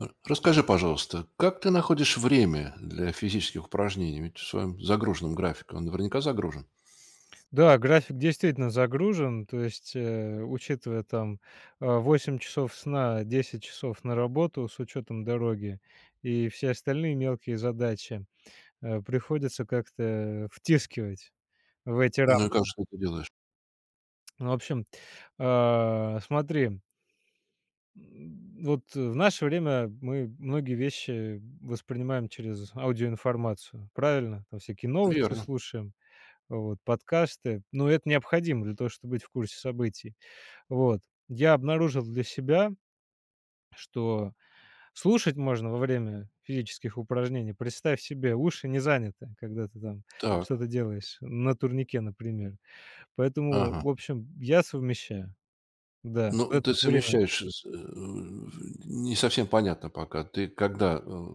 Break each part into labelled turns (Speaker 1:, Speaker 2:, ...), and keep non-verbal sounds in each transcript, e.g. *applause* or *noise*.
Speaker 1: Расскажи, пожалуйста, как ты находишь время для физических упражнений? Ведь в своем загруженном графике он наверняка загружен.
Speaker 2: Да, график действительно загружен, то есть, учитывая там, 8 часов сна, 10 часов на работу с учетом дороги и все остальные мелкие задачи, приходится как-то втискивать в эти
Speaker 1: Ну и как же
Speaker 2: рамки.
Speaker 1: ты это делаешь?
Speaker 2: Ну, в общем, смотри, вот в наше время мы многие вещи воспринимаем через аудиоинформацию, правильно? Там всякие новости
Speaker 1: Верно.
Speaker 2: слушаем, вот, подкасты, но это необходимо для того, чтобы быть в курсе событий. Вот. Я обнаружил для себя, что слушать можно во время физических упражнений. Представь себе, уши не заняты, когда ты там
Speaker 1: Так.
Speaker 2: что-то делаешь на турнике, например. Поэтому,
Speaker 1: Ага.
Speaker 2: в общем, я совмещаю. Да, в
Speaker 1: Ну,
Speaker 2: это
Speaker 1: ты
Speaker 2: вот время.
Speaker 1: совмещаешь, не совсем понятно пока. Ты когда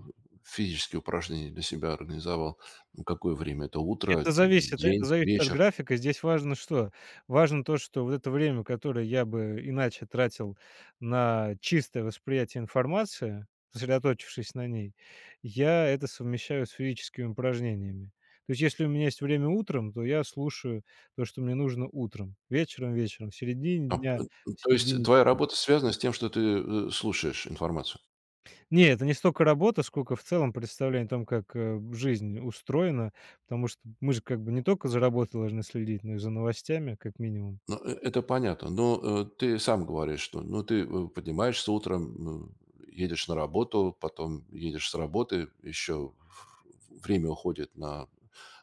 Speaker 1: физические упражнения для себя организовал? Ну, какое время? Это утро,
Speaker 2: Это зависит это
Speaker 1: день,
Speaker 2: зависит от
Speaker 1: вечер?
Speaker 2: графика. Здесь важно что? Важно то, что вот это время, которое я бы иначе тратил на чистое восприятие информации, сосредоточившись на ней, я это совмещаю с физическими упражнениями. То есть если у меня есть время утром, то я слушаю то, что мне нужно утром, вечером, в середине
Speaker 1: А,
Speaker 2: дня,
Speaker 1: э,
Speaker 2: в
Speaker 1: То есть
Speaker 2: середине.
Speaker 1: твоя работа связана с тем, что ты слушаешь информацию?
Speaker 2: Не, это не столько работа, сколько в целом представление о том, как, жизнь устроена, потому что мы же как бы не только за работой должны следить, но и за новостями, как минимум.
Speaker 1: Ну, это понятно. Но, ты сам говоришь, что, ну, ты, поднимаешься утром, едешь на работу, потом едешь с работы, еще время уходит на,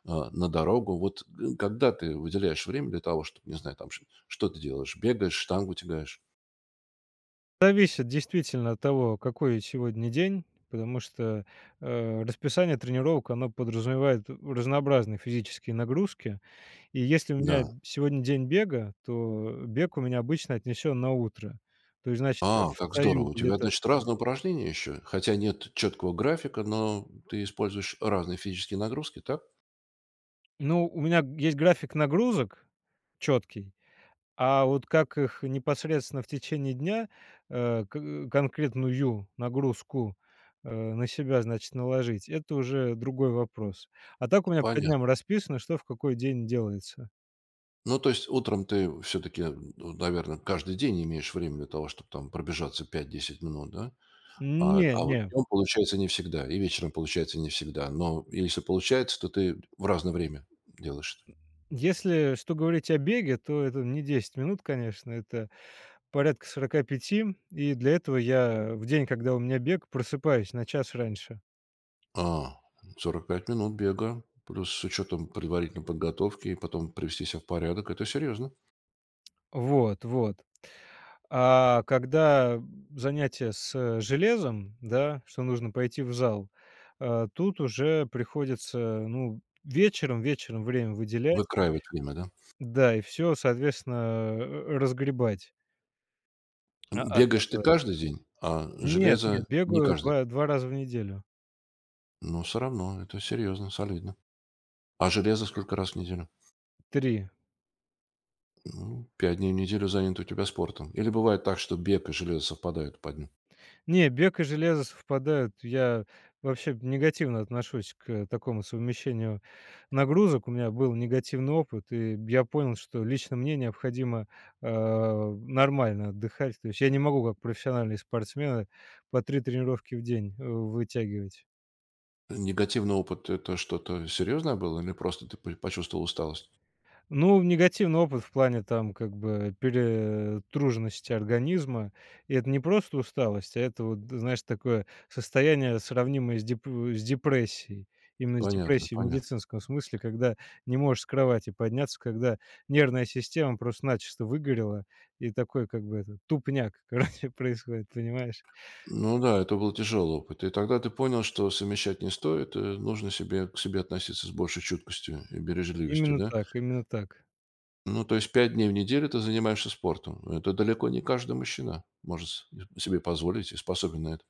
Speaker 1: а, на дорогу. Вот, когда ты выделяешь время для того, чтобы, не знаю, там, что ты делаешь? Бегаешь, штангу тягаешь?
Speaker 2: Зависит действительно от того, какой сегодня день, потому что, расписание тренировок, оно подразумевает разнообразные физические нагрузки. И если у меня
Speaker 1: Да.
Speaker 2: сегодня день бега, то бег у меня обычно отнесен на утро. То есть, значит, я
Speaker 1: А, как
Speaker 2: встаю
Speaker 1: здорово! У тебя,
Speaker 2: где-то.
Speaker 1: значит, разные упражнения еще. Хотя нет четкого графика, но ты используешь разные физические нагрузки, так?
Speaker 2: Ну, у меня есть график нагрузок четкий. А вот как их непосредственно в течение дня, к конкретную нагрузку, на себя, значит, наложить — это уже другой вопрос. А так у меня по
Speaker 1: Понятно.
Speaker 2: дням расписано, что в какой день делается.
Speaker 1: Ну, то есть утром ты все-таки, наверное, каждый день имеешь время для того, чтобы там пробежаться 5–10 минут, да? А,
Speaker 2: Не,
Speaker 1: а вот
Speaker 2: не.
Speaker 1: днем получается не всегда, и вечером получается не всегда. Но если получается, то ты в разное время делаешь это.
Speaker 2: Если что говорить о беге, то это не 10 минут, конечно, это порядка 45, и для этого я в день, когда у меня бег, просыпаюсь на час раньше.
Speaker 1: А, 45 минут бега, плюс с учетом предварительной подготовки, и потом привести себя в порядок, это серьезно.
Speaker 2: Вот, вот. А когда занятие с железом, да, что нужно пойти в зал, тут уже приходится, ну, вечером время выделять,
Speaker 1: Выкраивать время, да?
Speaker 2: да, и все, соответственно, разгребать. А от
Speaker 1: Бегаешь ты
Speaker 2: этого
Speaker 1: каждый день, а
Speaker 2: нет, нет,
Speaker 1: железо не
Speaker 2: бегаю
Speaker 1: каждый
Speaker 2: 2
Speaker 1: день.
Speaker 2: 2 раза в неделю.
Speaker 1: Но все равно, это серьезно, солидно. А железо сколько раз в неделю?
Speaker 2: 3.
Speaker 1: Ну, 5 дней в неделю занят у тебя спортом. Или бывает так, что бег и железо совпадают по дню?
Speaker 2: Не, бег и железо совпадают. Я вообще негативно отношусь к такому совмещению нагрузок. У меня был негативный опыт, и я понял, что лично мне необходимо, нормально отдыхать. То есть я не могу, как профессиональные спортсмены, по 3 тренировки в день, вытягивать.
Speaker 1: Негативный опыт — это что-то серьезное было или просто ты почувствовал усталость?
Speaker 2: Ну, негативный опыт в плане там как бы перетруженности организма. И это не просто усталость, а это вот, знаешь, такое состояние, сравнимое с, с депрессией. Именно с
Speaker 1: Понятно,
Speaker 2: депрессией в
Speaker 1: понятно.
Speaker 2: медицинском смысле, когда не можешь с кровати подняться, когда нервная система просто начисто выгорела, и такой как бы это, тупняк, *laughs* короче, происходит, понимаешь?
Speaker 1: Ну да, это был тяжелый опыт. И тогда ты понял, что совмещать не стоит, нужно к себе относиться с большей чуткостью и бережливостью,
Speaker 2: Именно
Speaker 1: да?
Speaker 2: так, именно так.
Speaker 1: Ну, то есть 5 дней в неделю ты занимаешься спортом. Это далеко не каждый мужчина может себе позволить и способен на это.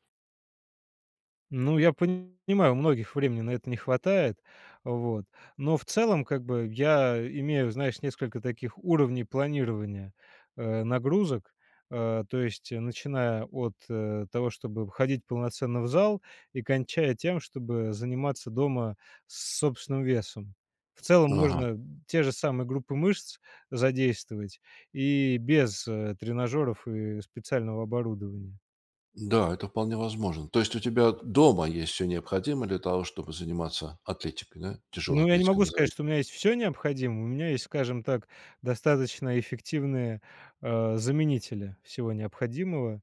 Speaker 2: Ну, я понимаю, у многих времени на это не хватает, вот. Но в целом, как бы, я имею, знаешь, несколько таких уровней планирования, нагрузок. То есть, начиная от, того, чтобы ходить полноценно в зал и кончая тем, чтобы заниматься дома с собственным весом. В целом
Speaker 1: Ага.
Speaker 2: можно те же самые группы мышц задействовать и без, тренажёров и специального оборудования.
Speaker 1: Да, это вполне возможно. То есть у тебя дома есть все необходимое для того, чтобы заниматься атлетикой, да? Тяжелой
Speaker 2: Ну, я не
Speaker 1: атлетикой
Speaker 2: могу сказать,
Speaker 1: назовем.
Speaker 2: что у меня есть все необходимое. У меня есть, скажем так, достаточно эффективные, заменители всего необходимого,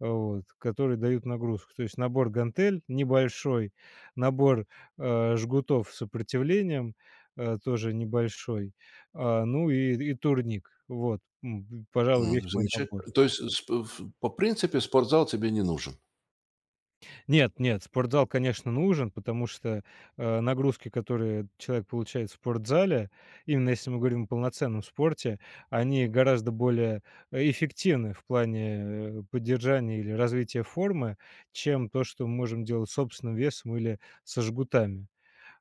Speaker 2: вот, которые дают нагрузку. То есть набор гантель небольшой, набор, жгутов с сопротивлением, тоже небольшой, ну и турник. Вот, пожалуй, весь
Speaker 1: Ну,
Speaker 2: мой набор.
Speaker 1: замечательно. То есть по принципе спортзал тебе не нужен.
Speaker 2: Нет, нет, спортзал, конечно, нужен, потому что, нагрузки, которые человек получает в спортзале, именно если мы говорим о полноценном спорте, они гораздо более, эффективны в плане, поддержания или развития формы, чем то, что мы можем делать собственным весом или со жгутами.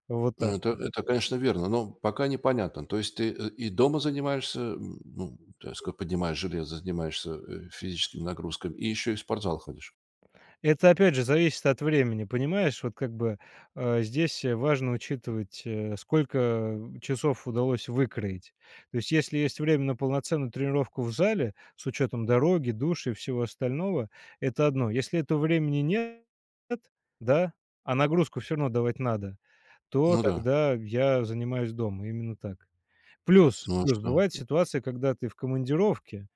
Speaker 2: Вот так.
Speaker 1: Ну, это, конечно, верно, но пока непонятно. То есть ты и дома занимаешься, ну, так сказать, поднимаешь железо, занимаешься физическими нагрузками, и еще и в спортзал ходишь.
Speaker 2: Это опять же зависит от времени, понимаешь? Вот как бы, здесь, важно учитывать, сколько часов удалось выкроить. То есть если есть время на полноценную тренировку в зале, с учетом дороги, души и всего остального, это одно. Если этого времени нет, да, а нагрузку все равно давать надо, то
Speaker 1: Ну да.
Speaker 2: тогда я занимаюсь дома. Именно так. Плюс,
Speaker 1: Ну а
Speaker 2: плюс
Speaker 1: что?
Speaker 2: бывают ситуации, когда ты в командировке,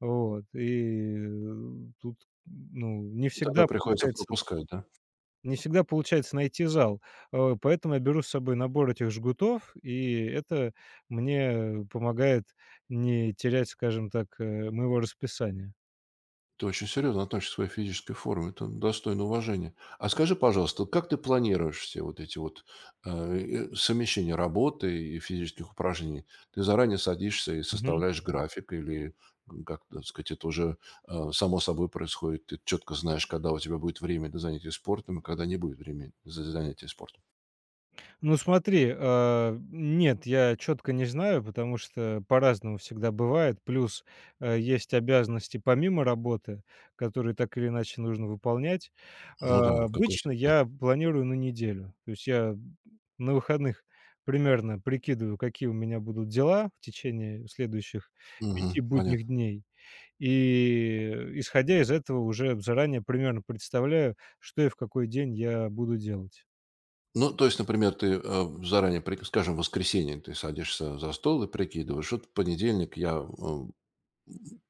Speaker 2: вот, и, тут, ну,
Speaker 1: Тогда приходится пропускать, да?
Speaker 2: не всегда получается найти зал, поэтому я беру с собой набор этих жгутов, и это мне помогает не терять, скажем так, моего расписания.
Speaker 1: Ты очень серьезно относишься к своей физической форме. Это достойно уважения. А скажи, пожалуйста, вот как ты планируешь все вот эти вот э, совмещения работы и физических упражнений? Ты заранее садишься и составляешь график или, как так сказать, это уже само собой происходит? Ты четко знаешь, когда у тебя будет время для занятий спортом и когда не будет времени за занятия спортом.
Speaker 2: Ну смотри, нет, я четко не знаю, потому что по-разному всегда бывает. Плюс, есть обязанности помимо работы, которые так или иначе нужно выполнять.
Speaker 1: Ну да, как у
Speaker 2: Обычно
Speaker 1: всех, да.
Speaker 2: я планирую на неделю. То есть я на выходных примерно прикидываю, какие у меня будут дела в течение следующих пяти
Speaker 1: Мгм, понятно.
Speaker 2: будних дней. И, исходя из этого, уже заранее примерно представляю, что и в какой день я буду делать.
Speaker 1: Ну, то есть, например, ты заранее, скажем, в воскресенье ты садишься за стол и прикидываешь: вот в понедельник я э,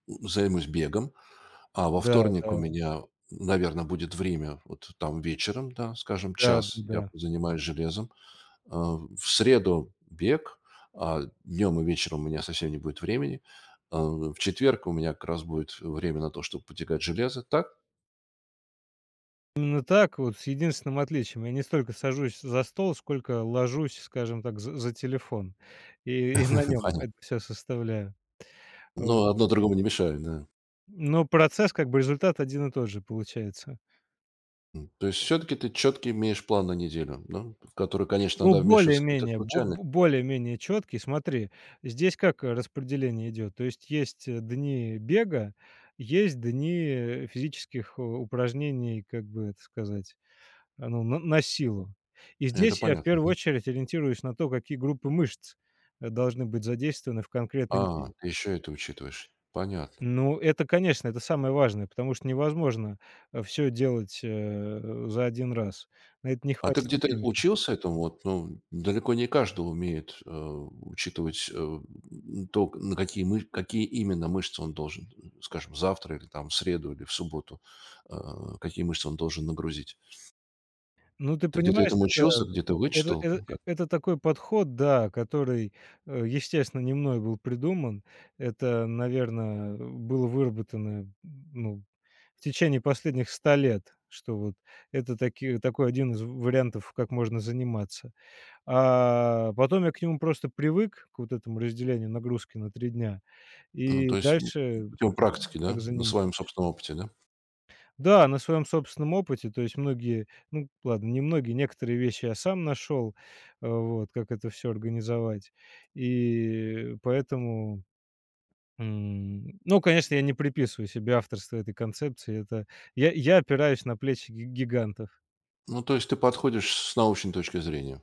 Speaker 1: Займусь бегом, а во
Speaker 2: Да,
Speaker 1: вторник у
Speaker 2: да,
Speaker 1: меня, наверное, будет время, вот там вечером, да, скажем, час я
Speaker 2: да-да-да.
Speaker 1: занимаюсь железом. А, в среду бег, а днем и вечером у меня совсем не будет времени. А, в четверг у меня как раз будет время на то, чтобы потягать железо. Так?
Speaker 2: Именно так, вот с единственным отличием. Я не столько сажусь за стол, сколько ложусь, скажем так, за телефон и на
Speaker 1: *laughs*
Speaker 2: нем
Speaker 1: Понятно.
Speaker 2: это всё составляю.
Speaker 1: Ну,
Speaker 2: Вот.
Speaker 1: одно другому не мешает, да.
Speaker 2: Но процесс, как бы результат один и тот же получается.
Speaker 1: То есть все-таки ты четкий имеешь план на неделю, да, в который, конечно,
Speaker 2: Ну,
Speaker 1: иногда вмешиваются какие-то
Speaker 2: более-менее, бо
Speaker 1: случайные.
Speaker 2: бо более-менее четкий. Смотри, здесь как распределение идет. То есть есть, дни бега, есть дни, физических у упражнений, как бы это сказать. Ну, на силу. И
Speaker 1: Это
Speaker 2: здесь я в
Speaker 1: понятно.
Speaker 2: первую
Speaker 1: Мгм.
Speaker 2: очередь ориентируюсь на то, какие группы мышц, должны быть задействованы в конкретный
Speaker 1: А,
Speaker 2: день.
Speaker 1: ты еще это учитываешь. Понятно.
Speaker 2: Ну, это, конечно, это самое важное, потому что невозможно, все делать, за один раз. На это не
Speaker 1: А ты
Speaker 2: хватит
Speaker 1: где-то
Speaker 2: времени.
Speaker 1: учился этому? Вот, ну, далеко не каждый умеет, учитывать, то, на какие именно мышцы он должен, скажем, завтра или там в среду, или в субботу, а, какие мышцы он должен нагрузить.
Speaker 2: Ну, ты
Speaker 1: Ты где-то
Speaker 2: понимаешь,
Speaker 1: этому
Speaker 2: это.
Speaker 1: учился, где-то
Speaker 2: Это
Speaker 1: вычитал?
Speaker 2: это
Speaker 1: Ну, как?
Speaker 2: это такой подход, да, который, естественно, не мной был придуман. Это, наверное, было выработано, ну, в течение последних 100 лет, что вот это таки такой один из вариантов, как можно заниматься. А потом я к нему просто привык, к вот этому разделению нагрузки на 3 дня,
Speaker 1: Ну,
Speaker 2: и
Speaker 1: то есть,
Speaker 2: дальше
Speaker 1: путем практики, да,
Speaker 2: так
Speaker 1: на
Speaker 2: занимаюсь.
Speaker 1: своем собственном опыте, да?
Speaker 2: Да, на своем собственном опыте, то есть многие, ну ладно, не многие, некоторые вещи я сам нашел, вот, как это все организовать. И поэтому, ну, конечно, я не приписываю себе авторство этой концепции. Это я опираюсь на плечи ги гигантов.
Speaker 1: Ну, то есть ты подходишь с научной точки зрения,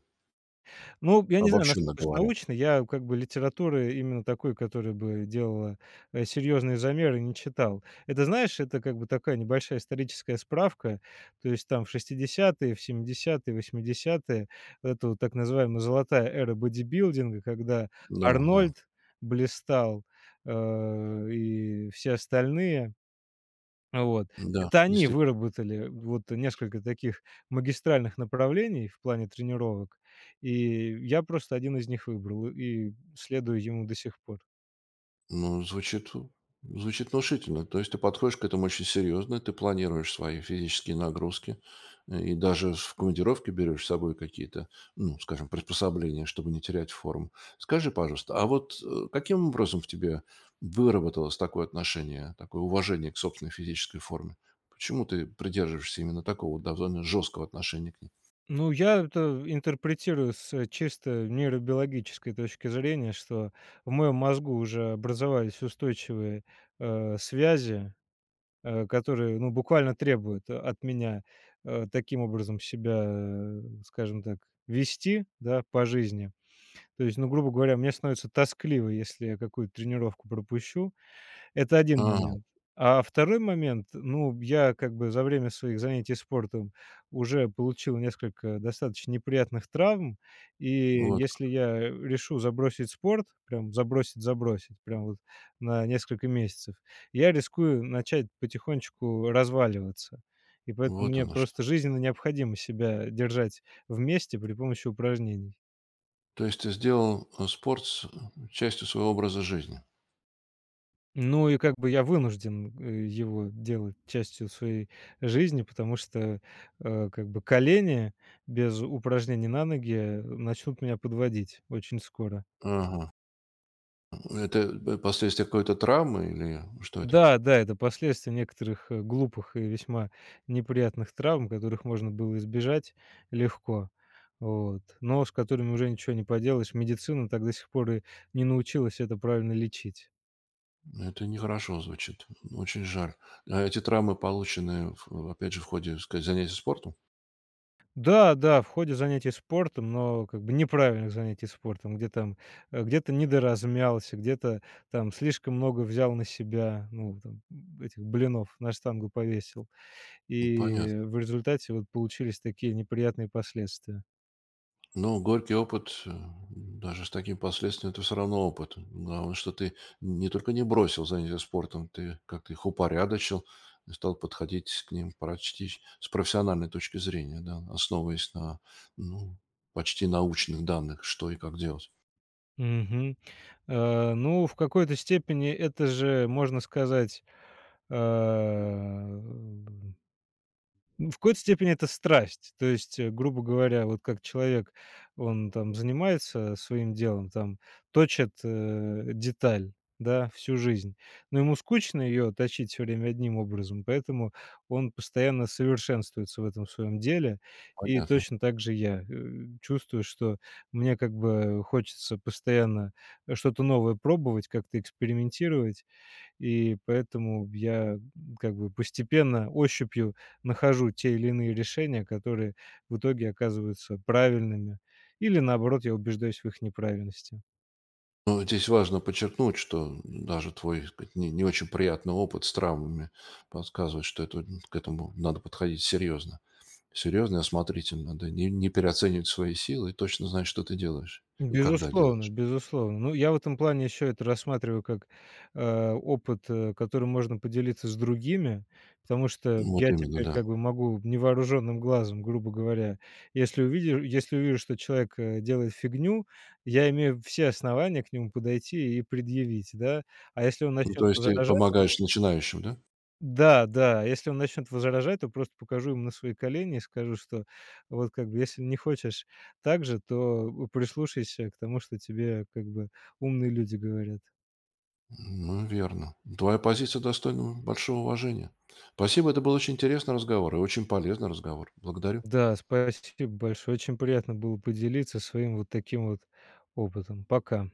Speaker 2: Ну, я не знаю,
Speaker 1: обобщенно
Speaker 2: насколько это
Speaker 1: говоря.
Speaker 2: научно. Я как бы литературы именно такой, которая бы делала, серьезные замеры, не читал. Это, знаешь, это как бы такая небольшая историческая справка. То есть там в 60-е, в 70-е, 80-е вот эта вот так называемая золотая эра бодибилдинга, когда
Speaker 1: Да, да,
Speaker 2: Арнольд блистал, и все остальные. Вот.
Speaker 1: да,
Speaker 2: Это они
Speaker 1: действительно.
Speaker 2: выработали вот несколько таких магистральных направлений в плане тренировок, и я просто один из них выбрал и следую ему до сих пор.
Speaker 1: Ну, звучит, внушительно. То есть ты подходишь к этому очень серьезно, ты планируешь свои физические нагрузки и даже в командировке берешь с собой какие-то, ну, скажем, приспособления, чтобы не терять форму. Скажи, пожалуйста, а вот каким образом в тебе выработалось такое отношение, такое уважение к собственной физической форме? Почему ты придерживаешься именно такого довольно жесткого отношения к ней?
Speaker 2: Ну, я это интерпретирую с чисто нейробиологической точки зрения, что в моем мозгу уже образовались устойчивые, связи, которые, ну, буквально требуют от меня, таким образом себя, скажем так, вести, да, по жизни. То есть, ну, грубо говоря, мне становится тоскливо, если я какую-то тренировку пропущу. Это один
Speaker 1: А,
Speaker 2: момент. А второй момент, ну, я как бы за время своих занятий спортом уже получил несколько достаточно неприятных травм, и
Speaker 1: вот,
Speaker 2: если я решу забросить спорт, прям забросить-забросить, прям вот на несколько месяцев, я рискую начать потихонечку разваливаться. И поэтому
Speaker 1: вот
Speaker 2: мне
Speaker 1: оно что.
Speaker 2: просто жизненно необходимо себя держать вместе при помощи упражнений.
Speaker 1: То есть ты сделал спорт частью своего образа жизни.
Speaker 2: Ну и как бы я вынужден, его делать частью своей жизни, потому что, как бы колени без упражнений на ноги начнут меня подводить очень скоро.
Speaker 1: Ага. Это последствия какой-то травмы или что это?
Speaker 2: Да, да, это последствия некоторых, глупых и весьма неприятных травм, которых можно было избежать легко, вот, но с которыми уже ничего не поделаешь. Медицина так до сих пор и не научилась это правильно лечить.
Speaker 1: Это нехорошо звучит. Очень жаль. А эти травмы получены, опять же, в ходе, так сказать, занятий спортом?
Speaker 2: Да, да, в ходе занятий спортом, но как бы неправильных занятий спортом, где там, где-то недоразмялся, где-то там слишком много взял на себя, ну, там, этих блинов на штангу повесил.
Speaker 1: Ну,
Speaker 2: И
Speaker 1: понятно.
Speaker 2: в результате вот получились такие неприятные последствия.
Speaker 1: Ну, горький опыт, даже с таким последствием, это все равно опыт. Главное, что ты не только не бросил занятия спортом, ты как-то их упорядочил и стал подходить к ним почти с профессиональной точки зрения, да, основываясь на, ну, почти научных данных, что и как делать.
Speaker 2: Мгм. Ну, в какой-то степени это же, можно сказать, э Ну, в какой-то степени это страсть. То есть, грубо говоря, вот как человек, он там занимается своим делом, там точит, деталь, да, всю жизнь, но ему скучно ее точить все время одним образом, поэтому он постоянно совершенствуется в этом своем деле. И
Speaker 1: Понятно.
Speaker 2: точно так же я, чувствую, что мне как бы хочется постоянно, что-то новое пробовать, как-то экспериментировать. И поэтому я, как бы, постепенно ощупью нахожу те или иные решения, которые в итоге оказываются правильными, или, наоборот, я убеждаюсь в их неправильности.
Speaker 1: Ну, здесь важно подчеркнуть, что даже твой, так сказать, не очень приятный опыт с травмами подсказывает, что к этому надо подходить серьезно. Серьезно и осмотрительно. Да, не переоценивать свои силы и точно знать, что ты делаешь и когда
Speaker 2: Безусловно,
Speaker 1: делаешь.
Speaker 2: безусловно. Ну, я в этом плане еще это рассматриваю как, опыт, которым можно поделиться с другими, потому что я
Speaker 1: Вот именно,
Speaker 2: теперь
Speaker 1: да.
Speaker 2: как бы могу невооруженным глазом, грубо говоря, если увижу, что человек, делает фигню, я имею все основания к нему подойти и предъявить, да. А если он
Speaker 1: Ну,
Speaker 2: начнет
Speaker 1: то есть ты
Speaker 2: возражать
Speaker 1: помогаешь начинающим, да?
Speaker 2: да, да, если он начнет возражать, то просто покажу ему на свои колени и скажу, что вот как бы если не хочешь так же, то прислушайся к тому, что тебе как бы умные люди говорят.
Speaker 1: Ну, верно. Твоя позиция достойна большого уважения. Спасибо, это был очень интересный разговор и очень полезный разговор. Благодарю.
Speaker 2: Да, спасибо большое. Очень приятно было поделиться своим вот таким вот опытом. Пока.